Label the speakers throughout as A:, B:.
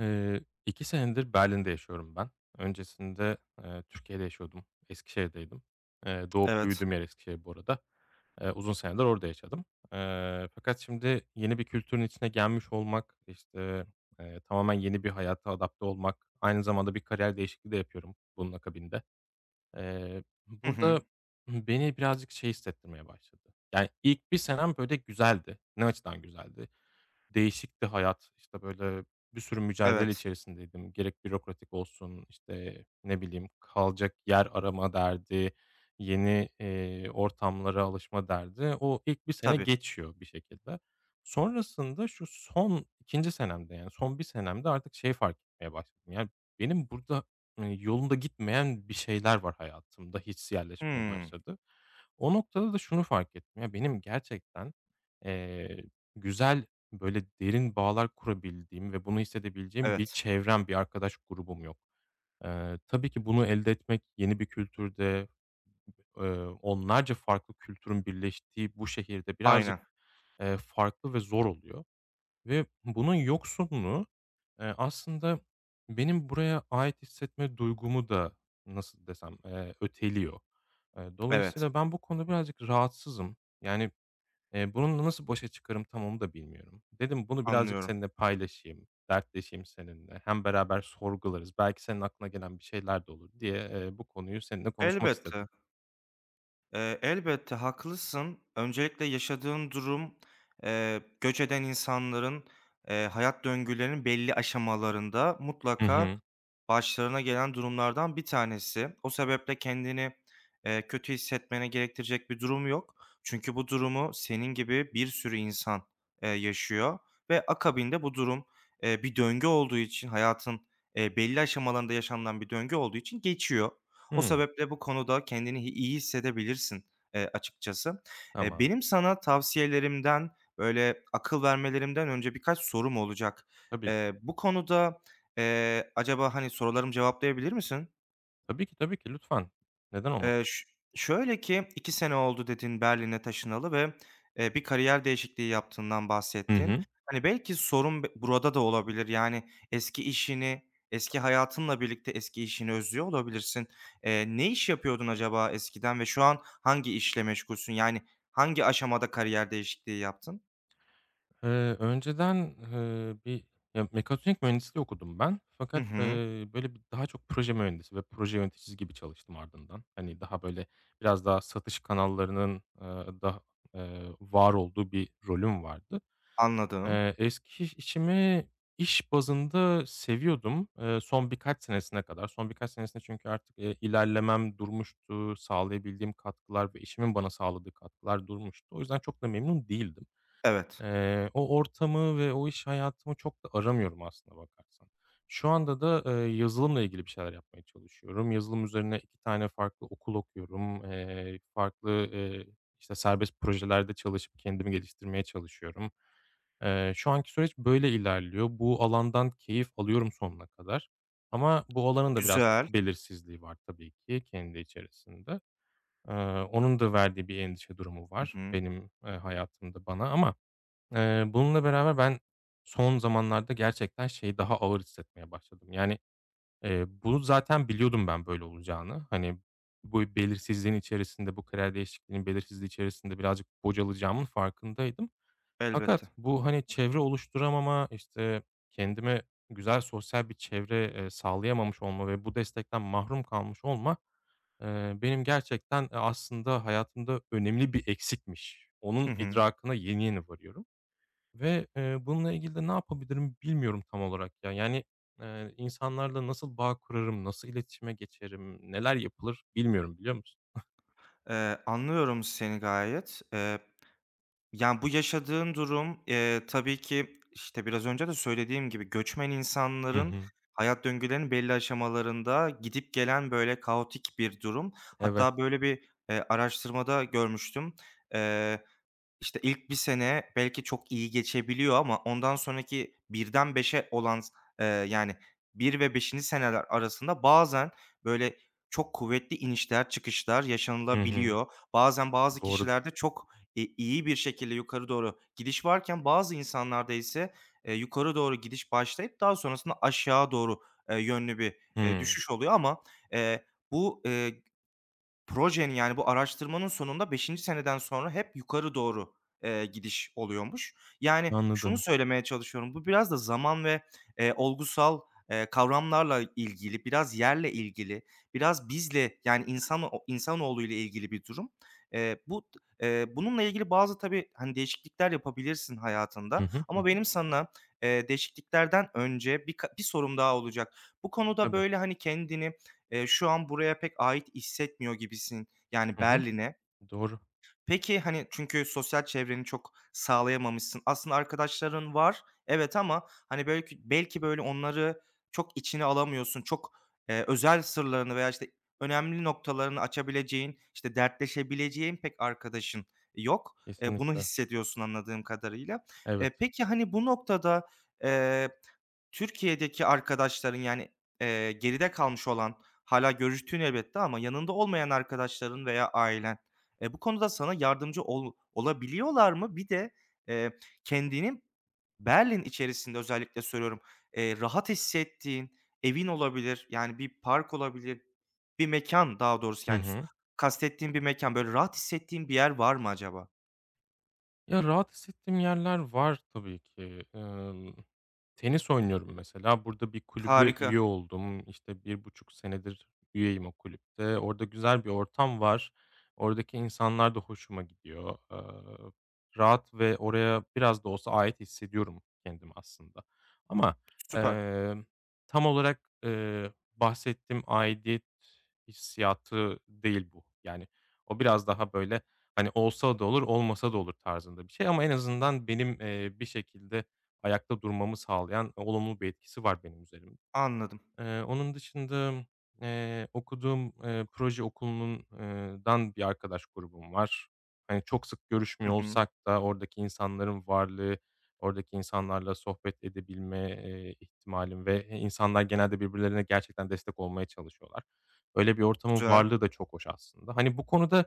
A: Eee, 2 senedir Berlin'de yaşıyorum ben. Öncesinde, Türkiye'de yaşıyordum, Eskişehir'deydim. Doğup
B: Evet.
A: büyüdüğüm yer Eskişehir bu arada. Uzun seneler orada yaşadım. Fakat şimdi yeni bir kültürün içine gelmiş olmak, işte, tamamen yeni bir hayata adapte olmak, aynı zamanda bir kariyer değişikliği de yapıyorum bunun akabinde. Eee,
B: Hı hı.
A: burada beni birazcık şey hissettirmeye başladı. Yani, ilk bir senem böyle güzeldi. Ne açıdan güzeldi? Değişikti hayat. İşte, böyle, bir sürü mücadele
B: Evet.
A: içerisindeydim. Gerek bürokratik olsun, işte, ne bileyim, kalacak yer arama derdi, yeni, ortamlara alışma derdi. O ilk bir sene
B: Tabii.
A: geçiyor bir şekilde. Sonrasında şu son ikinci senemde, yani, son bir senemde artık şey fark etmeye başladım. Yani, benim burada, yolunda gitmeyen bir şeyler var hayatımda, hiç yerleşmeye
B: Hımm.
A: başladı. O noktada da şunu fark ettim. Ya, benim gerçekten, eee, güzel, böyle derin bağlar kurabildiğim ve bunu hissedebileceğim bir
B: Evet.
A: çevrem, bir arkadaş grubum yok. Tabii ki bunu elde etmek yeni bir kültürde, eee, onlarca farklı kültürün birleştiği bu şehirde
B: Aynen.
A: birazcık, farklı ve zor oluyor ve bunun yoksunluğu, aslında benim buraya ait hissetme duygumu da nasıl desem, öteliyor. Eee,
B: Evet.
A: dolayısıyla ben bu konuda birazcık rahatsızım. Yani, bununla nasıl başa çıkarım tam onu da bilmiyorum. Dedim bunu birazcık
B: Anlıyorum.
A: seninle paylaşayım, dertleşeyim seninle. Hem beraber sorgularız. Belki senin aklına gelen bir şeyler de olur diye, bu konuyu seninle konuşmak istedim.
B: Elbette. Elbette haklısın. Öncelikle yaşadığın durum, göç eden insanların, hayat döngülerinin belli aşamalarında
A: Hı
B: mutlaka
A: hı.
B: başlarına gelen durumlardan bir tanesi. O sebeple kendini, kötü hissetmene gerektirecek bir durum yok. Çünkü bu durumu senin gibi bir sürü insan, yaşıyor ve akabinde bu durum, bir döngü olduğu için hayatın, belli aşamalarında yaşanılan bir döngü olduğu için geçiyor. O
A: Hımm.
B: sebeple bu konuda kendini iyi hissedebilirsin, açıkçası.
A: Tamam.
B: Benim sana tavsiyelerimden, böyle, akıl vermelerimden önce birkaç sorum olacak.
A: Tabii ki.
B: Bu konuda, acaba, hani, sorularımı cevaplayabilir misin?
A: Tabii ki, tabii ki. Lütfen. Neden olmasın?
B: Ş Şöyle ki, 2 sene oldu dedin Berlin'e taşınalı ve, bir kariyer değişikliği yaptığından
A: Hı
B: bahsettin.
A: hı.
B: Hani, belki sorun burada da olabilir. Yani eski işini, eski hayatınla birlikte eski işini özlüyor olabilirsin. Ne iş yapıyordun acaba eskiden ve şu an hangi işle meşgulsün? Yani hangi aşamada kariyer değişikliği yaptın?
A: Eee, önceden, bir ya, mekatronik mühendisliği okudum ben.
B: Hı
A: Fakat,
B: hı.
A: böyle, bir daha çok proje mühendisi ve proje yöneticisi gibi çalıştım ardından. Hani, daha, böyle, biraz daha satış kanallarının, eee, daha, var olduğu bir rolüm vardı.
B: Anladım.
A: Eski işimi iş bazında seviyordum, son birkaç senesine kadar. Son birkaç senesinde çünkü artık, ilerlemem durmuştu, sağlayabildiğim katkılar ve işimin bana sağladığı katkılar durmuştu. O yüzden çok da memnun değildim.
B: Evet.
A: O ortamı ve o iş hayatımı çok da aramıyorum aslında bakarsan. Şu anda da, yazılımla ilgili bir şeyler yapmaya çalışıyorum. Yazılım üzerine 2 tane farklı okul okuyorum. Farklı, işte, serbest projelerde çalışıp kendimi geliştirmeye çalışıyorum. Şu anki süreç böyle ilerliyor. Bu alandan keyif alıyorum sonuna kadar ama bu alanın da biraz
B: Güzel.
A: belirsizliği var tabii ki kendi içerisinde. Eee, onun da verdiği bir endişe durumu
B: Hı
A: var
B: hı.
A: benim, hayatımda bana ama bununla beraber ben son zamanlarda gerçekten şeyi daha ağır hissetmeye başladım. Yani, bunu zaten biliyordum ben böyle olacağını. Hani, bu belirsizliğin içerisinde, bu karar değişikliğinin belirsizliği içerisinde birazcık bocalayacağımın farkındaydım.
B: Elbette.
A: Fakat bu, hani, çevre oluşturamama, işte, kendime güzel sosyal bir çevre, sağlayamamış olma ve bu destekten mahrum kalmış olma, benim gerçekten, aslında hayatımda önemli bir eksikmiş.
B: Hı
A: Onun
B: hı.
A: idrakına yeni yeni varıyorum. Ve, bununla ilgili de ne yapabilirim bilmiyorum tam olarak ya. Yani, insanlarla nasıl bağ kurarım, nasıl iletişime geçerim, neler yapılır bilmiyorum, biliyor musun?
B: Anlıyorum seni gayet. Yani, bu yaşadığın durum, tabii ki, işte, biraz önce de söylediğim gibi göçmen
A: Hı
B: insanların
A: hı.
B: hayat döngülerinin belli aşamalarında gidip gelen, böyle, kaotik bir durum.
A: Evet.
B: Hatta böyle bir, araştırmada görmüştüm. İşte, ilk bir sene belki çok iyi geçebiliyor ama ondan sonraki birden beşe olan yani bir ve beşinci seneler arasında bazen, böyle, çok kuvvetli inişler çıkışlar
A: Hı hı.
B: yaşanılabiliyor. Bazen bazı
A: Doğrudur.
B: kişilerde çok, iyi bir şekilde yukarı doğru gidiş varken bazı insanlarda ise, yukarı doğru gidiş başlayıp daha sonrasında aşağı doğru, yönlü bir,
A: Hımm.
B: düşüş oluyor ama, eee, bu, e, projenin, yani, bu araştırmanın sonunda beşinci seneden sonra hep yukarı doğru, gidiş oluyormuş. Yani, şunu
A: Anladım.
B: söylemeye çalışıyorum, bu biraz da zaman ve, olgusal, kavramlarla ilgili, biraz yerle ilgili, biraz bizle, yani, insanoğluyla ilgili bir durum. Bu t bununla ilgili bazı tabii, hani, değişiklikler yapabilirsin
A: Hı
B: hayatında
A: hı. Hı
B: ama
A: hı.
B: benim sana, değişikliklerden önce bir sorum daha olacak. Bu konuda,
A: Tabii.
B: böyle, hani, kendini, şu an buraya pek ait hissetmiyor gibisin, yani
A: Hı hı.
B: Berlin'e.
A: Doğru.
B: Peki, hani, çünkü sosyal çevreni çok sağlayamamışsın. Aslında arkadaşların var, evet ama, hani, belki, böyle, onları çok içine alamıyorsun. Çok, özel sırlarını veya, işte, önemli noktalarını açabileceğin, işte, dertleşebileceğin pek arkadaşın yok. Bunu
A: Kesinlikle.
B: hissediyorsun anladığım kadarıyla.
A: Evet.
B: Peki, hani, bu noktada, eee Türkiye'deki arkadaşların, yani, geride kalmış olan, hala görüştüğün elbette ama yanında olmayan arkadaşların veya ailen, bu konuda sana yardımcı olabiliyorlar mı? Bir de, eee, kendini Berlin içerisinde özellikle söylüyorum, rahat hissettiğin, evin olabilir, yani, bir park olabilir, bir mekan daha doğrusu,
A: Hı
B: yani, s
A: hı.
B: kastettiğim bir mekan böyle, rahat hissettiğin bir yer var mı acaba?
A: Ya, rahat hissettiğim yerler var tabii ki. Tenis oynuyorum mesela. Burada bir kulübe
B: Harika,
A: üye oldum. İşte, bir buçuk senedir üyeyim o kulüpte. Orada güzel bir ortam var. Oradaki insanlar da hoşuma gidiyor. Rahat ve oraya biraz da olsa ait hissediyorum kendimi aslında. Ama,
B: süper,
A: emm, tam olarak, bahsettiğim aidiyet hissiyatı değil bu. Yani, o biraz daha böyle, hani, olsa da olur, olmasa da olur tarzında bir şey ama en azından benim, bir şekilde ayakta durmamı sağlayan olumlu bir etkisi var benim üzerimde.
B: anladım.
A: Onun dışında, okuduğum, proje okulunun dan bir arkadaş grubum var. Hani, çok sık
B: Hı
A: görüşmüyor
B: hı,
A: olsak da oradaki insanların varlığı, oradaki insanlarla sohbet edebilme, ihtimalim ve, insanlar genelde birbirlerine gerçekten destek olmaya çalışıyorlar. Öyle bir ortamın
B: güzel,
A: varlığı da çok hoş aslında. Hani, bu konuda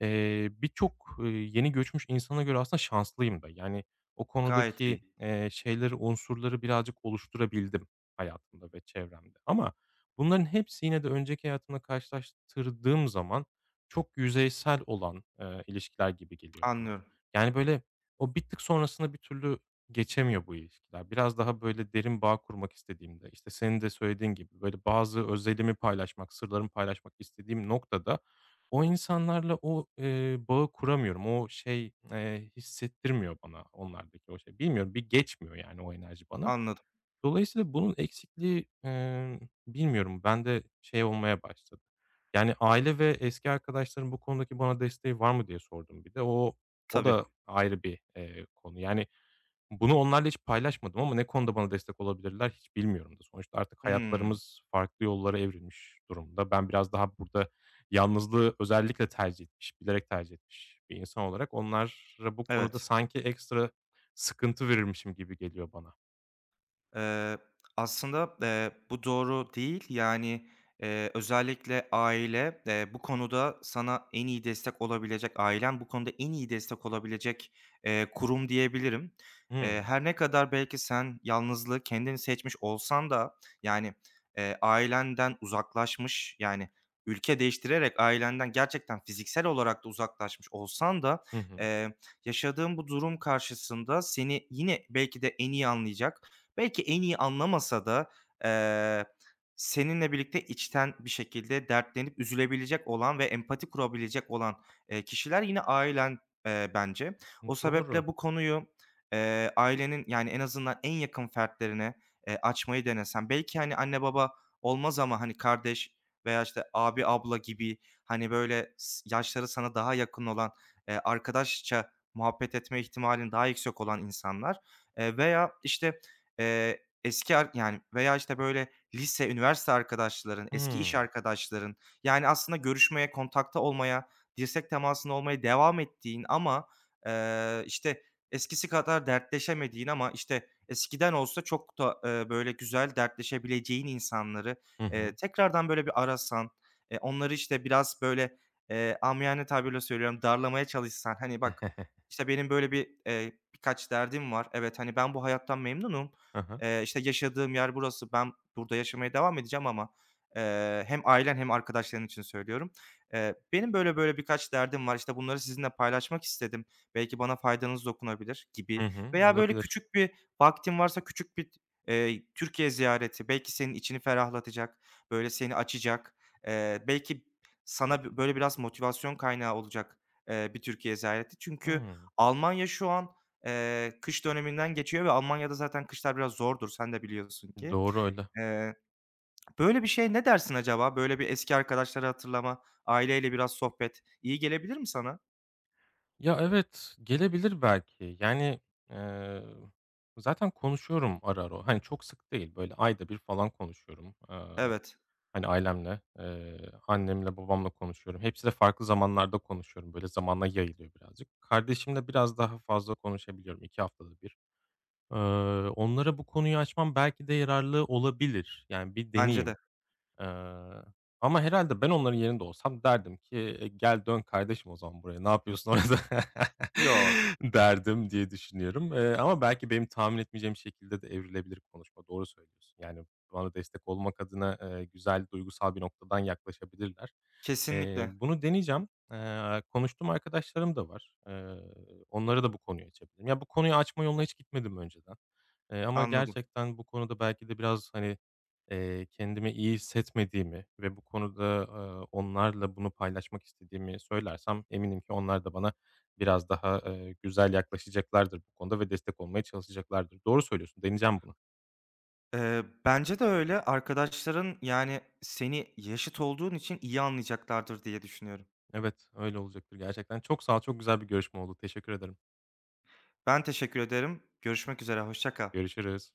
A: birçok, yeni göçmüş insana göre aslında şanslıyım da. Yani, o
B: gayet
A: konudaki,
B: iyi.
A: şeyleri, unsurları birazcık oluşturabildim hayatımda ve çevremde. Ama bunların hepsi yine de önceki hayatımla karşılaştırdığım zaman çok yüzeysel olan, ilişkiler gibi geliyor bana.
B: Anlıyorum,
A: Yani, böyle, o bir tık sonrasına bir türlü geçemiyor bu ilişkiler. Biraz daha, böyle, derin bağ kurmak istediğimde, işte, senin de söylediğin gibi, böyle, bazı özelimi paylaşmak, sırlarımı paylaşmak istediğim noktada o insanlarla o, bağı kuramıyorum. O şey, hissettirmiyor bana onlardaki o şey. Bilmiyorum, bir geçmiyor yani o enerji bana.
B: anladım.
A: Dolayısıyla bunun eksikliği, bilmiyorum, bende şey olmaya başladı. Yani, aile ve eski arkadaşların bu konudaki bana desteği var mı diye sordum bir de. O
B: Tabii.
A: da ayrı bir, konu. Yani, bunu onlarla hiç paylaşmadım ama ne konuda bana destek olabilirler hiç bilmiyorum da. Sonuçta artık
B: Hımm.
A: hayatlarımız farklı yollara evrilmiş durumda. Ben biraz daha burada yalnızlığı özellikle tercih etmiş, bilerek tercih etmiş bir insan olarak onlara bu konuda
B: Evet.
A: sanki ekstra sıkıntı verirmişim gibi geliyor bana.
B: Eee, aslında, bu doğru değil. Yani, özellikle aile, bu konuda sana en iyi destek olabilecek, ailen bu konuda en iyi destek olabilecek, kurum diyebilirim.
A: Hımm.
B: Her ne kadar belki sen yalnızlığı kendini seçmiş olsan da, yani, ailenden uzaklaşmış, yani, ülke değiştirerek ailenden gerçekten fiziksel olarak da uzaklaşmış olsan da,
A: Hı hı.
B: eee, yaşadığın bu durum karşısında seni yine belki de en iyi anlayacak. Belki en iyi anlamasa da, eee, seninle birlikte içten bir şekilde dertlenip üzülebilecek olan ve empati kurabilecek olan, kişiler yine ailen, bence. O
A: Doğru.
B: sebeple bu konuyu, ailenin, yani, en azından en yakın fertlerine, açmayı denesen, belki, hani, anne baba olmaz ama, hani, kardeş veya, işte, abi abla gibi, hani, böyle, yaşları sana daha yakın olan, arkadaşça muhabbet etme ihtimalin daha yüksek olan insanlar, veya, işte, veya, işte, böyle, lise, üniversite arkadaşların, eski iş
A: Hımm.
B: arkadaşların, yani, aslında görüşmeye, kontakta olmaya, dirsek temasında olmaya devam ettiğin ama, işte, eskisi kadar dertleşemediğin ama, işte, eskiden olsa çok da, böyle, güzel dertleşebileceğin insanları,
A: Hı hı.
B: tekrardan, böyle, bir arasan, onları, işte, biraz, böyle, amiyane tabirle söylüyorum, darlamaya çalışsan, hani, "Bak, işte, benim böyle bir, birkaç derdim var. Evet, hani, ben bu hayattan memnunum.
A: Hı hı.
B: İşte, yaşadığım yer burası, ben burada yaşamaya devam edeceğim ama, hem ailen hem arkadaşların için söylüyorum. Benim böyle böyle birkaç derdim var, işte, bunları sizinle paylaşmak istedim. Belki bana faydanız dokunabilir gibi
A: Hı hı.
B: veya böyle
A: Olabilir.
B: küçük bir vaktin varsa küçük bir, Türkiye ziyareti belki senin içini ferahlatacak, böyle seni açacak, belki sana böyle biraz motivasyon kaynağı olacak, bir Türkiye ziyareti. Çünkü
A: Hımm.
B: Almanya şu an kış döneminden geçiyor ve Almanya'da zaten kışlar biraz zordur, sen de biliyorsun ki.
A: Doğru öyle.
B: Eee, Böyle bir şey ne dersin acaba? Böyle bir eski arkadaşları hatırlama, aileyle biraz sohbet iyi gelebilir mi sana?
A: Ya, evet, gelebilir belki. Yani, eee, zaten konuşuyorum ara ara. Hani, çok sık değil, böyle ayda bir falan konuşuyorum. Eee,
B: Evet,
A: hani, ailemle, annemle babamla konuşuyorum. Hepsiyle farklı zamanlarda konuşuyorum. Böyle zamana yayılıyor birazcık. Kardeşimle biraz daha fazla konuşabiliyorum 2 haftada bir. Eee, onlara bu konuyu açmam belki de yararlı olabilir. Yani, bir
B: bence de.
A: deneyeyim. Eee, ama herhalde ben onların yerinde olsam derdim ki, "Gel, dön kardeşim o zaman buraya. Ne yapıyorsun orada?"
B: Yok,
A: derdim diye düşünüyorum. Ama belki benim tahmin etmeyeceğim şekilde de evrilebilir konuşma. Doğru söylüyorsun. Yani, bana destek olmak adına, güzel, duygusal bir noktadan yaklaşabilirler. Eee,
B: kesinlikle.
A: bunu deneyeceğim. Konuştuğum arkadaşlarım da var. Onlara da bu konuyu açabilirim. Ya, bu konuyu açma yoluna hiç gitmedim önceden, ama
B: Anladım.
A: gerçekten bu konuda belki de biraz, hani kendimi iyi hissetmediğimi ve bu konuda, onlarla bunu paylaşmak istediğimi söylersem eminim ki onlar da bana biraz daha, güzel yaklaşacaklardır bu konuda ve destek olmaya çalışacaklardır. Doğru söylüyorsun, deneyeceğim bunu.
B: Bence de öyle. Arkadaşların, yani, seni yaşıt olduğun için iyi anlayacaklardır diye düşünüyorum.
A: Evet, öyle olacaktır gerçekten. Çok sağ ol, çok güzel bir görüşme oldu. Teşekkür ederim.
B: Ben teşekkür ederim. Görüşmek üzere, hoşça kal.
A: Görüşürüz.